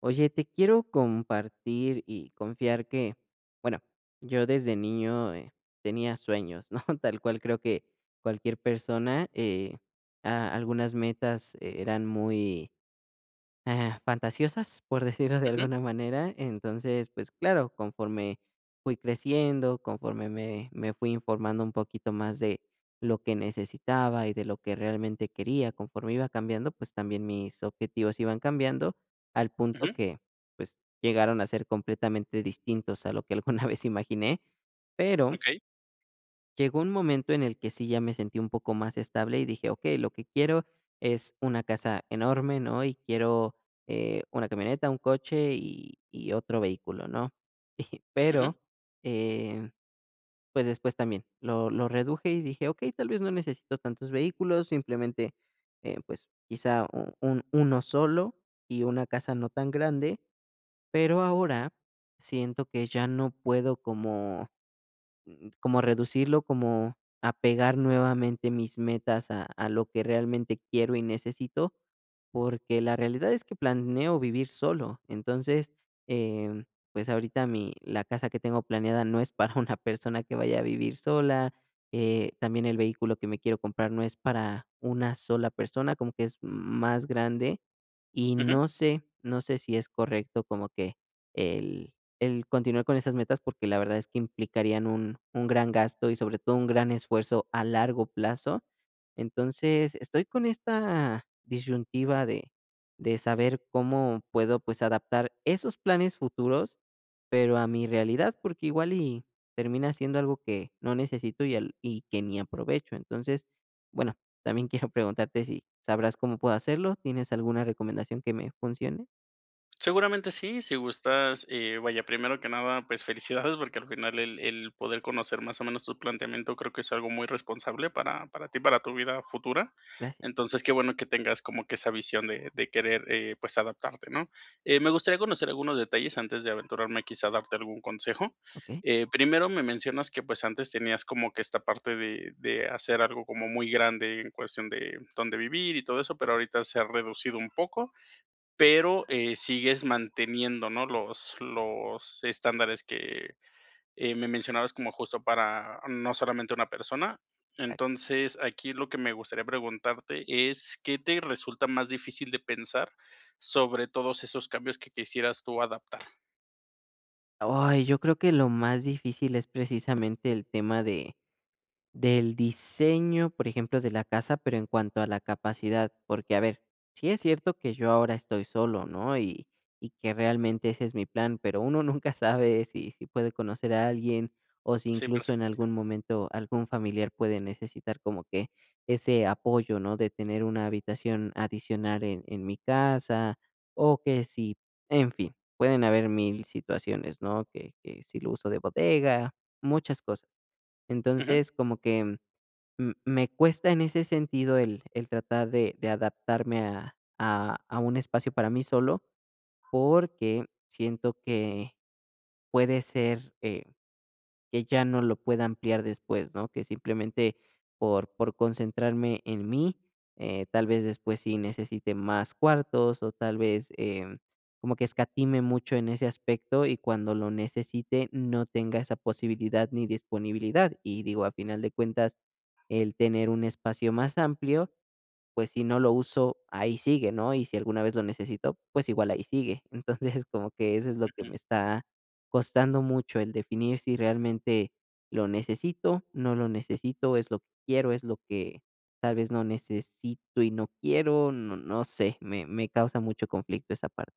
Oye, te quiero compartir y confiar que, bueno, yo desde niño tenía sueños, ¿no? Tal cual creo que cualquier persona, algunas metas eran muy fantasiosas, por decirlo de Ujú, alguna manera. Entonces, pues claro, conforme fui creciendo, conforme me fui informando un poquito más de lo que necesitaba y de lo que realmente quería, conforme iba cambiando, pues también mis objetivos iban cambiando al punto ujú, que pues llegaron a ser completamente distintos a lo que alguna vez imaginé, pero okey, llegó un momento en el que sí ya me sentí un poco más estable y dije: "Okey, lo que quiero es una casa enorme, ¿no? Y quiero, una camioneta, un coche y otro vehículo", ¿no? Y ujú, pero, eh, pues, después también lo reduje y dije: "Okey, tal vez no necesito tantos vehículos, simplemente, pues, quizá u un uno solo y una casa no tan grande", pero ahora siento que ya no puedo como reducirlo, como apegar nuevamente mis metas a lo que realmente quiero y necesito, porque la realidad es que planeo vivir solo. Entonces, em, pues ahorita la casa que tengo planeada no es para una persona que vaya a vivir sola. También el vehículo que me quiero comprar no es para una sola persona, como que es más grande. Y ujú. no sé, no sé si es correcto como que el el continuar con esas metas, porque la verdad es que implicarían un gran gasto y sobre todo un gran esfuerzo a largo plazo. Entonces, estoy con esta disyuntiva de saber cómo puedo, pues, adaptar esos planes futuros, pero a mi realidad, porque igual y termina siendo algo que no necesito y que ni aprovecho. Entonces, bueno, también quiero preguntarte si sabrás cómo puedo hacerlo, ¿tienes alguna recomendación que me funcione? Seguramente sí, si gustas, vaya, primero que nada, pues felicidades, porque al final el poder conocer más o menos tu planteamiento creo que es algo muy responsable para ti, para tu vida futura. Gracias. Entonces, qué bueno que tengas como que esa visión de querer, pues, adaptarte, ¿no? Me gustaría conocer algunos detalles antes de aventurarme quizá a darte algún consejo. Okey. Primero me mencionas que pues antes tenías como que esta parte de hacer algo como muy grande en cuestión de dónde vivir y todo eso, pero ahorita se ha reducido un poco, pero, sigues manteniendo, ¿no? Los estándares que, me mencionabas como justo para no solamente una persona. Entonces, aquí lo que me gustaría preguntarte es, ¿qué te resulta más difícil de pensar sobre todos esos cambios que quisieras tú adaptar? Ay, yo creo que lo más difícil es precisamente el tema de del diseño, por ejemplo, de la casa, pero en cuanto a la capacidad, porque, a ver, sí es cierto que yo ahora estoy solo, ¿no? Y que realmente ese es mi plan, pero uno nunca sabe si puede conocer a alguien o si Sí, por incluso en supuesto. algún momento algún familiar puede necesitar como que ese apoyo, ¿no? De tener una habitación adicional en mi casa o que si, en fin, pueden haber mil situaciones, ¿no? Que si lo uso de bodega, muchas cosas. Ujú, Entonces, como que, me cuesta en ese sentido el tratar de adaptarme a un espacio para mí solo, porque siento que puede ser, que ya no lo pueda ampliar después, ¿no? Que simplemente por concentrarme en mí, tal vez después sí necesite más cuartos o tal vez, como que escatime mucho en ese aspecto y cuando lo necesite no tenga esa posibilidad ni disponibilidad. Y digo, a final de cuentas, el tener un espacio más amplio, pues, si no lo uso, ahí sigue, ¿no? Y si alguna vez lo necesito, pues, igual ahí sigue. Entonces, como que eso es lo que ujú. me está costando mucho, el definir si realmente lo necesito, no lo necesito, es lo que quiero, es lo que tal vez no necesito y no quiero, no sé, me causa mucho conflicto esa parte.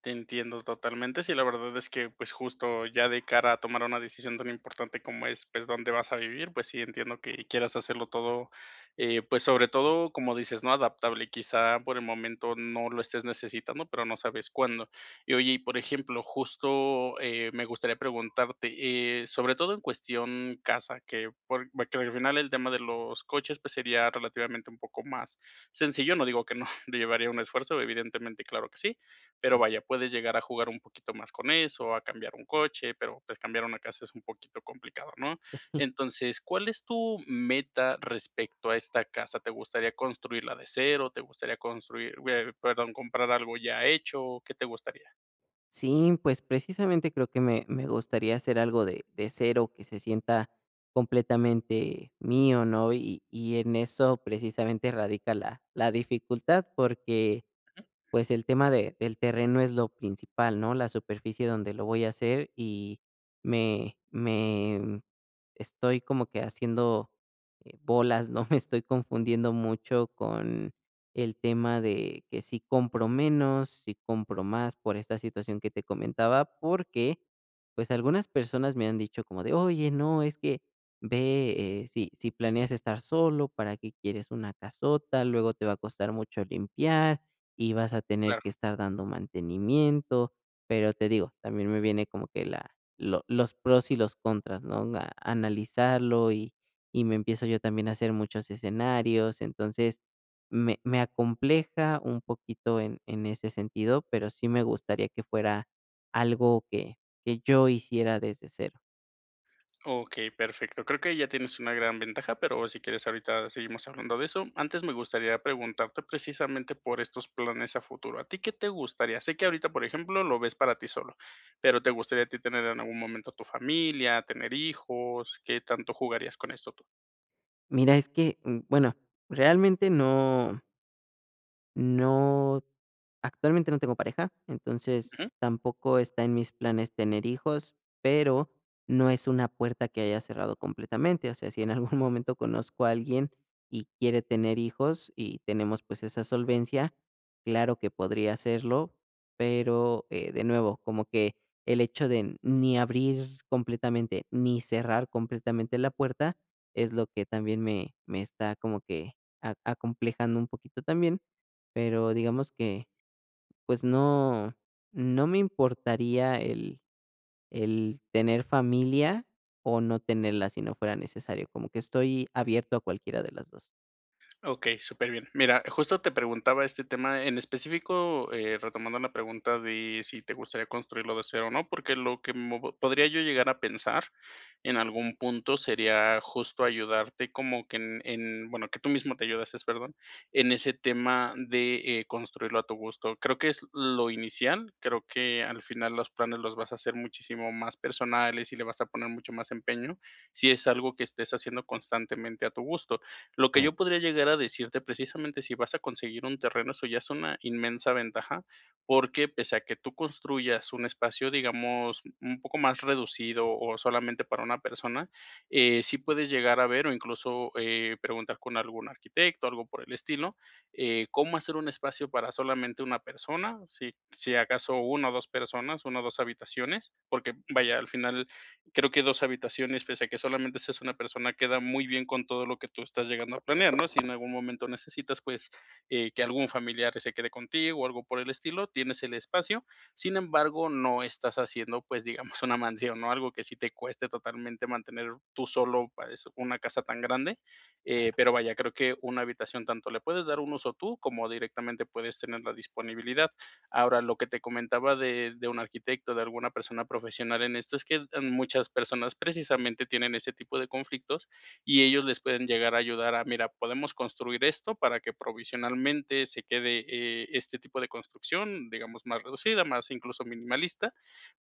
Te entiendo totalmente. Sí, la verdad es que, pues, justo ya de cara a tomar una decisión tan importante como es, pues, dónde vas a vivir, pues sí, entiendo que quieras hacerlo todo, pues, sobre todo, como dices, ¿no? Adaptable. Quizá por el momento no lo estés necesitando, pero no sabes cuándo. Y oye, y por ejemplo, justo, me gustaría preguntarte, sobre todo en cuestión casa, que porque al final el tema de los coches, pues, sería relativamente un poco más sencillo. No digo que no, le llevaría un esfuerzo, evidentemente, claro que sí. Pero vaya, puedes llegar a jugar un poquito más con eso, a cambiar un coche, pero pues cambiar una casa es un poquito complicado, ¿no? Entonces, ¿cuál es tu meta respecto a esta casa? ¿Te gustaría construirla de cero? ¿Te gustaría construir, perdón, comprar algo ya hecho? ¿Qué te gustaría? Sí, pues precisamente creo que me gustaría hacer algo de cero que se sienta completamente mío, ¿no? Y en eso precisamente radica la dificultad, porque pues el tema de del terreno es lo principal, ¿no? La superficie donde lo voy a hacer y me estoy como que haciendo, bolas, ¿no? Me estoy confundiendo mucho con el tema de que si compro menos, si compro más, por esta situación que te comentaba, porque, pues, algunas personas me han dicho como de: "Oye, no, es que ve, si planeas estar solo, ¿para qué quieres una casota? Luego te va a costar mucho limpiar" y vas a tener Claro. que estar dando mantenimiento, pero te digo, también me viene como que la lo los pros y los contras, ¿no? A analizarlo y me empiezo yo también a hacer muchos escenarios, entonces me acompleja un poquito en ese sentido, pero sí me gustaría que fuera algo que yo hiciera desde cero. Okey, perfecto. Creo que ya tienes una gran ventaja, pero si quieres ahorita seguimos hablando de eso. Antes me gustaría preguntarte precisamente por estos planes a futuro. ¿A ti qué te gustaría? Sé que ahorita, por ejemplo, lo ves para ti solo, pero ¿te gustaría a ti tener en algún momento a tu familia, tener hijos? ¿Qué tanto jugarías con esto tú? Mira, es que, bueno, realmente no no Actualmente no tengo pareja, entonces tampoco está en mis planes tener hijos, pero no es una puerta que haya cerrado completamente. O sea, si en algún momento conozco a alguien y quiere tener hijos y tenemos pues esa solvencia, claro que podría hacerlo, pero de nuevo, como que el hecho de ni abrir completamente ni cerrar completamente la puerta es lo que también me está como que acomplejando un poquito también pero digamos que pues no, no me importaría el tener familia o no tenerla si no fuera necesario, como que estoy abierto a cualquiera de las 2. Ok, súper bien. Mira, justo te preguntaba este tema en específico, retomando la pregunta de si te gustaría construirlo de cero o no, porque lo que podría yo llegar a pensar en algún punto sería justo ayudarte como que bueno, que tú mismo te ayudases, perdón, en ese tema de construirlo a tu gusto. Creo que es lo inicial, creo que al final los planes los vas a hacer muchísimo más personales y le vas a poner mucho más empeño si es algo que estés haciendo constantemente a tu gusto. Lo que yo podría llegar a decirte, precisamente si vas a conseguir un terreno, eso ya es una inmensa ventaja, porque pese a que tú construyas un espacio, digamos, un poco más reducido o solamente para una persona, sí puedes llegar a ver o incluso preguntar con algún arquitecto, algo por el estilo, cómo hacer un espacio para solamente una persona, si, si acaso una o dos personas, una o dos habitaciones, porque vaya, al final creo que dos habitaciones, pese a que solamente seas una persona, queda muy bien con todo lo que tú estás llegando a planear, ¿no? Si en algún momento necesitas, pues, que algún familiar se quede contigo o algo por el estilo, tienes el espacio. Sin embargo, no estás haciendo, pues, digamos, una mansión, ¿no? Algo que sí te cueste totalmente mantener tú solo, pues, una casa tan grande. Pero vaya, creo que una habitación tanto le puedes dar un uso tú como directamente puedes tener la disponibilidad. Ahora, lo que te comentaba de un arquitecto, de alguna persona profesional en esto, es que muchas personas precisamente tienen este tipo de conflictos y ellos les pueden llegar a ayudar a, mira, podemos construir esto para que provisionalmente se quede, este tipo de construcción, digamos, más reducida, más incluso minimalista,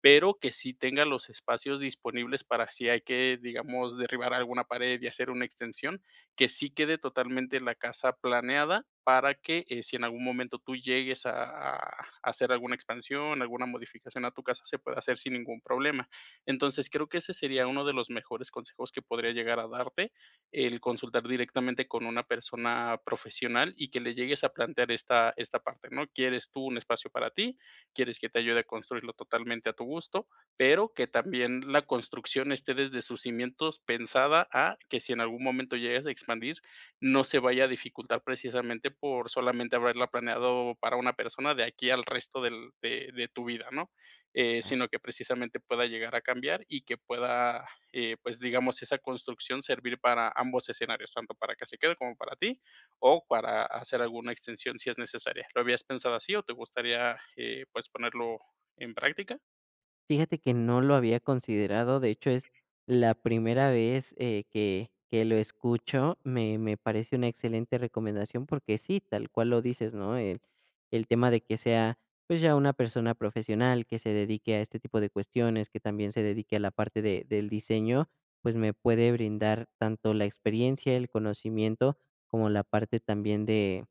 pero que sí tenga los espacios disponibles para si hay que, digamos, derribar alguna pared y hacer una extensión, que sí quede totalmente la casa planeada para que, si en algún momento tú llegues a hacer alguna expansión, alguna modificación a tu casa, se puede hacer sin ningún problema. Entonces, creo que ese sería uno de los mejores consejos que podría llegar a darte, el consultar directamente con una persona profesional y que le llegues a plantear esta, esta parte, ¿no? ¿Quieres tú un espacio para ti? ¿Quieres que te ayude a construirlo totalmente a tu gusto? Pero que también la construcción esté desde sus cimientos pensada a que si en algún momento llegas a expandir, no se vaya a dificultar precisamente por solamente haberla planeado para una persona de aquí al de tu vida, ¿no? Sino que precisamente pueda llegar a cambiar y que pueda, pues digamos, esa construcción servir para ambos escenarios, tanto para que se quede como para ti, o para hacer alguna extensión si es necesaria. ¿Lo habías pensado así o te gustaría, pues, ponerlo en práctica? Fíjate que no lo había considerado, de hecho, es la primera vez, que lo escucho, me parece una excelente recomendación porque sí, tal cual lo dices, ¿no? El tema de que sea, pues, ya una persona profesional que se dedique a este tipo de cuestiones, que también se dedique a la parte de del diseño, pues, me puede brindar tanto la experiencia, el conocimiento, como la parte también de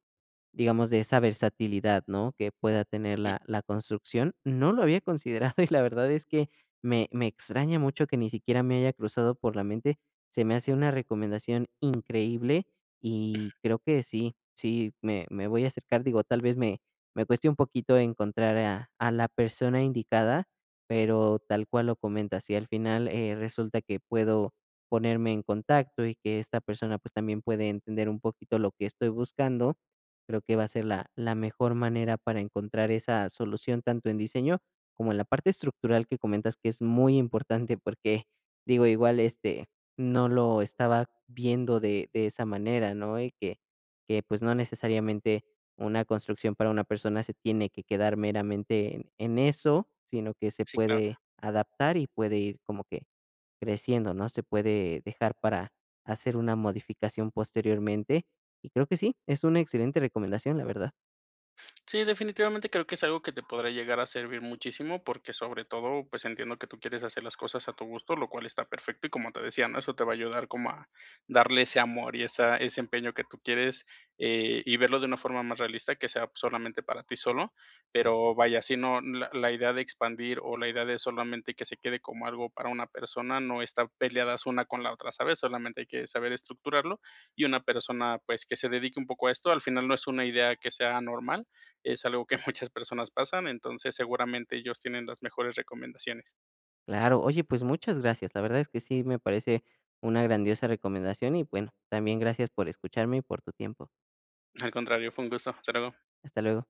digamos, de esa versatilidad, ¿no?, que pueda tener Ujú. la construcción. No lo había considerado y la verdad es que me extraña mucho que ni siquiera me haya cruzado por la mente. Se me hace una recomendación increíble y creo que sí, sí, me voy a acercar. Digo, tal vez me cueste un poquito encontrar a la persona indicada, pero tal cual lo comentas, si al final, resulta que puedo ponerme en contacto y que esta persona, pues, también puede entender un poquito lo que estoy buscando, creo que va a ser la mejor manera para encontrar esa solución, tanto en diseño como en la parte estructural que comentas, que es muy importante, porque, digo, igual, este, no lo estaba viendo de esa manera, ¿no? Y que, pues, no necesariamente una construcción para una persona se tiene que quedar meramente en eso, sino que se Sí, claro. puede adaptar y puede ir como que creciendo, ¿no? Se puede dejar para hacer una modificación posteriormente. Y creo que sí, es una excelente recomendación, la verdad. Sí, definitivamente creo que es algo que te podrá llegar a servir muchísimo, porque sobre todo, pues entiendo que tú quieres hacer las cosas a tu gusto, lo cual está perfecto y como te decía, ¿no? Eso te va a ayudar como a darle ese amor y esa, ese empeño que tú quieres, y verlo de una forma más realista, que sea solamente para ti solo, pero vaya, si no, la idea de expandir o la idea de solamente que se quede como algo para una persona no está peleadas una con la otra, ¿sabes? Solamente hay que saber estructurarlo y una persona pues que se dedique un poco a esto, al final no es una idea que sea normal, es algo que muchas personas pasan, entonces seguramente ellos tienen las mejores recomendaciones. Claro, oye, pues muchas gracias. La verdad es que sí me parece una grandiosa recomendación y bueno, también gracias por escucharme y por tu tiempo. Al contrario, fue un gusto. Hasta luego. Hasta luego.